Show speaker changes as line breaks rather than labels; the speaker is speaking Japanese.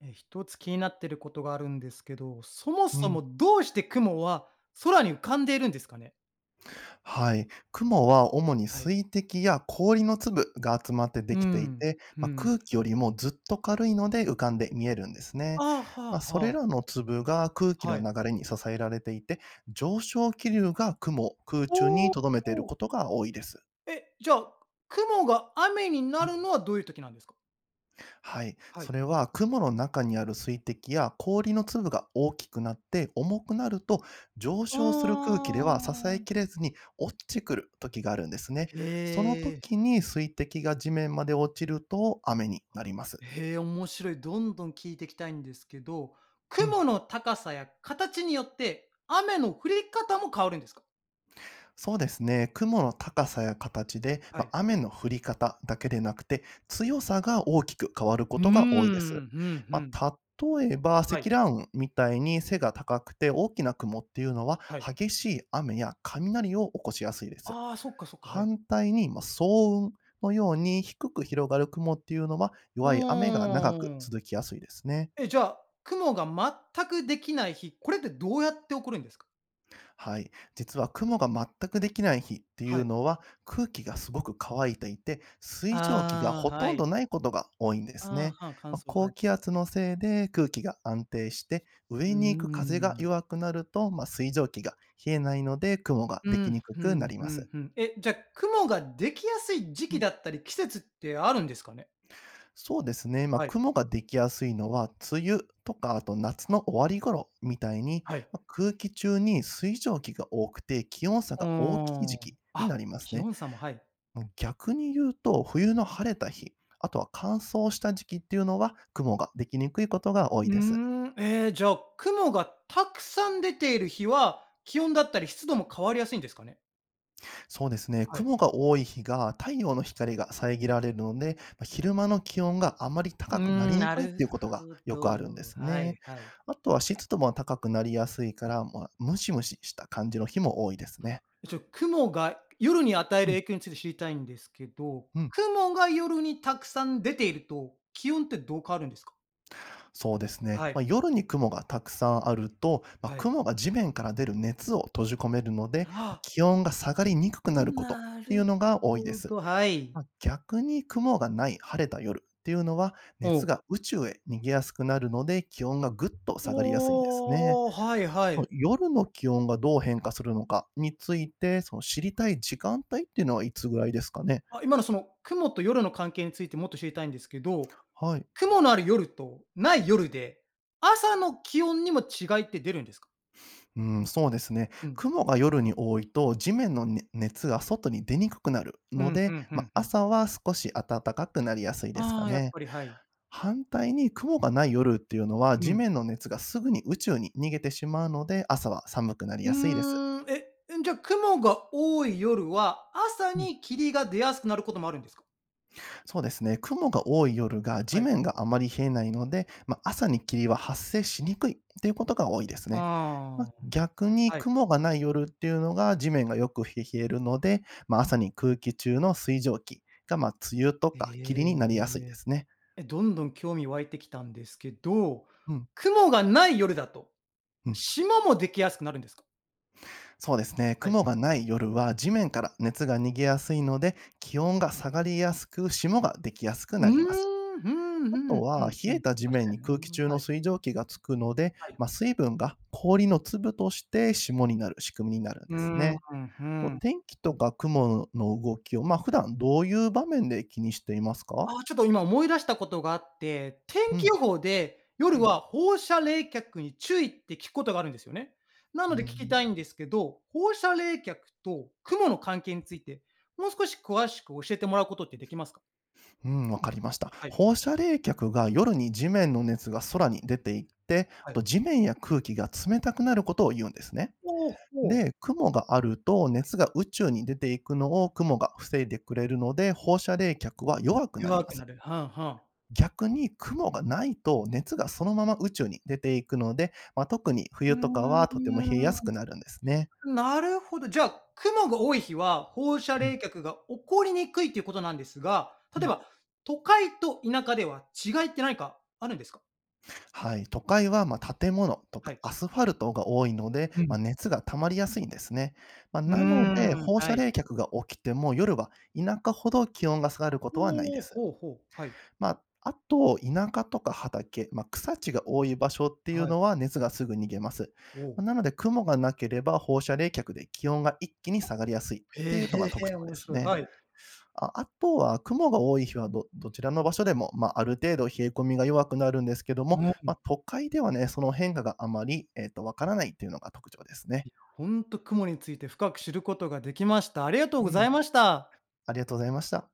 一つ気になってることがあるんですけど、そも
う
そ
ん、
もどうして雲は空に浮かんでいるんですかね？
はい。雲は主に
はい。
水滴や氷の粒が集まってで
う
きてい
ん、
て、
う
まあ、
ん。
空気よりもずっと軽いので浮かんで見えるんですね。
ああ、
ま
は
あ、
あ
そ
は
れら
あ、
の粒が空気
は
の
い。
流れに支えられていて、上昇気流が雲を空中に
ほう。
留めていることが多いです。
じゃあ、雲が雨になるのはどういう時なんですか？
はい。
は
そ
い。
れは雲の中にある水滴や氷の粒が大きくなって重くなると上昇する空
あ
気では支えき
ー、
れずに落ちてくる時があるんですね。その
へえ、
時に水滴が地面まで落ちると雨になります。
へえ、面白い。どんどん聞いていきたいんですけど、
うん。
雲の高さや形によって雨の降り方も変わるんですか？
そうですね。雲の高さや形で、
は
ま
い。
あ、雨の降り方だけでなくて、強さが大きく変わるこ
うーん、う
とが多いです。
んう
ま
ん。
あ、例えば、
はい。
積乱雲みたいに背が高くて大きな雲っていうのは、
はい。
激しい雨や雷を起こしやすいです。
ああ、そっかそっか、はい。
反対に、まあ、層雲のように低く広がる雲っていうのは、
う
弱い雨が長
ー
く
ん。
続きやすいですね。
じゃあ、雲が全くできない日、これってどうやって起こるんですか？
はい。実は雲が全くできない日ってい
は
う
い。
のは空気がすごく乾いていて水蒸気が
あ
ほ
あ、は
とんど
い。
ないことが多いんです
ああ、
ね。
はん、乾
まあ
燥、は
高
い。
気圧のせいで空気が安定して
う
上
ー
に行く風が
ん。
弱くなると、まあ、水蒸気が冷えないので雲が
う
でき
ん、
にく
ふ
くな
ん
り
ふ
ま
ん
す。
ふん。じゃ、雲ができやすい時
う
期
ん
だったり、季節ってあるんですかね？
そうですね。まあ、
はい、
雲ができやすいのは梅雨とかあと夏の終わり頃みたいに
はい。
まあ空気中に水蒸気が多くて気温差
うー
が大きい時
ん。
期に
あ、
なります
気
ね。
温差も、はい。
もう逆に言うと、冬の晴れた日、あとは乾燥した時期っていうのは、雲ができにくいことが多
う
い
ー
です。
ん、ええ、じゃあ、雲がたくさん出ている日は、気温だったり湿度も変わりやすいんですかね？
そうですね。
はい。
雲が多い日が太陽の光が遮られるので、まあ昼間の気温があまり
う
高くな
ー
り
ん、
に
な
くいって
る
いうことが
ほ
よくあるんで
ど。
す
はい
ね。
はい。
あとは湿度も高くなりやすいから、まあ、ムシムシした感じの日も多いですね。
雲が夜に与え
う
る
ん。
影響について知りたいんですけど、
うん。
雲が夜にたくさん出ていると、気温ってどう変わるんですか？
そうですね。
は
まあ、
い、
夜に雲がたくさんあると、まあ、
はい。
雲が地面から出る熱を閉じ込めるので、まあ
あ
気温が下がりにくく
あ、
なること
な
っていう
る
のが多いで
ほ
す。
ど、はい。
まあ、逆に雲がない晴れた夜っていうのは、
お
熱
お。
が宇宙へ逃げやすくなるので、気温がぐっと下がりやすいんですね。
おお、はいは
ま
い。
あ夜の気温がどう変化するのかについて、その知りたい時間帯っていうのはいつぐらいですかね。
あ、今のその雲と夜の関係についてもっと知りたいんですけど、
はい。
雲のある夜とない夜で、朝の気温にも違いって出るんですか？
うん、そうですね。
うん。
雲が夜に多いと地面のね熱が外に出にくくなる
う
の
ん、う
で、
んう
ま
んう
あ、
ん。
朝は少し暖かくなりやすいです
あ
か
あ、やっ
ね。
ぱり、はい。
反対に雲がない夜っていうのは、
う
地
ん。
面の熱がすぐに宇宙に逃げてしまうので、朝は寒くなり
う
やすいです。
ーん、じゃあ、雲が多い夜は、朝
うん。
に霧が出やすくなることもあるんですか？
そうですね。雲が多い夜が
は
地
い。
面があまり冷えないので、まあ、朝に霧は発生しにくいっていうことが多いですね。まあ、
ああ。
逆に
はい。
雲がない夜っていうのが地面がよく冷えるので、まあ、朝に空気中の水蒸気が、まあ、梅雨とか霧に
え
なりやすいで
え。
すね。
どんどん興味湧いてきたんですけど、
うん。
雲がない夜だと、
うん、
霜もできやすくなるんですか？
そうですね。
はい。
雲がない夜は地面から熱が逃げやすいので、気温が下がりやすく、霜ができやすく
う
なります。
ーん、ふん
あ
ふ
と
んふ
は、
んふ
冷
ん。
えた地
確
面
か
に
に
空気
な、
中
は
の
い、
水蒸気がつくので、
はい。
まあ、水分が氷の粒として霜になる仕組みになるん
うー
です
ん、
ね。
ふ
と
ん。
天気とか雲の動きを、まあ、普段どういう場面で気にしていますか？
ああ、ちょっと今思い出したことがあって、天
う
気予
ん、
報で
う
夜
ん、
は放射冷却に注意って聞くことがあるんですよね。な
う
ので聞き
ん、
たいんですけど、放射冷却と雲の関係について、もう少し詳しく教えてもらうことってできますか？
うん、わかりました。
はい、
放射冷却が夜に地面の熱が空に出ていって、
は
あと
い。
地面や空気が冷たくなることを言うんですね。
ほうほう。
で、雲があると熱が宇宙に出ていくのを雲が防いでくれるの
そうで
で、
すよ
放
ね。
射冷却は弱くなり
弱
ま
く
す。
なる。はんはん。
逆に雲がないと熱がそのまま宇宙に出ていくので、まあ、特に冬とかは
う
とても冷えやすくなるんですね。
ーん、なるほど。じゃあ、雲が多い日は放射
うん、
冷却が起こりにくいということなんですが、
う
例え
ん。
ば都会と田舎では違いって何かあるんですか？
はい、都会は、ま、建物と
は
か
い。
アスファルトが多いので、
う
ま
ん。
あ、熱が溜まりやすいんですね。まあ、
う
なので、
ーん、
放
は
射
い。
冷却が起きても夜は田舎ほど気温が下がることはないで
おお、
す。
ほうほう、はい、
まあ、あと、田舎とか畑、まあ、草地が多い場所っていう
はい、
のは熱がすぐ逃げます。
おお。
ま、なので雲がなければ放射冷却で気温が一気に下がりやすいって
へ
いうのが特
え、
徴
面
です
白い、
ね。
はい。
あとは雲が多い日はどちらの場所でも、まあ、ある程度冷え込みが弱くなるんですけども、
もう、
まあ、都会ではね、その変化があまり、わからないっていうのが特徴です
い
ね。
や。ほんと、雲について深く知ることができました。ありがとう
う
ござ
ん、
いました。
ありがとうございました。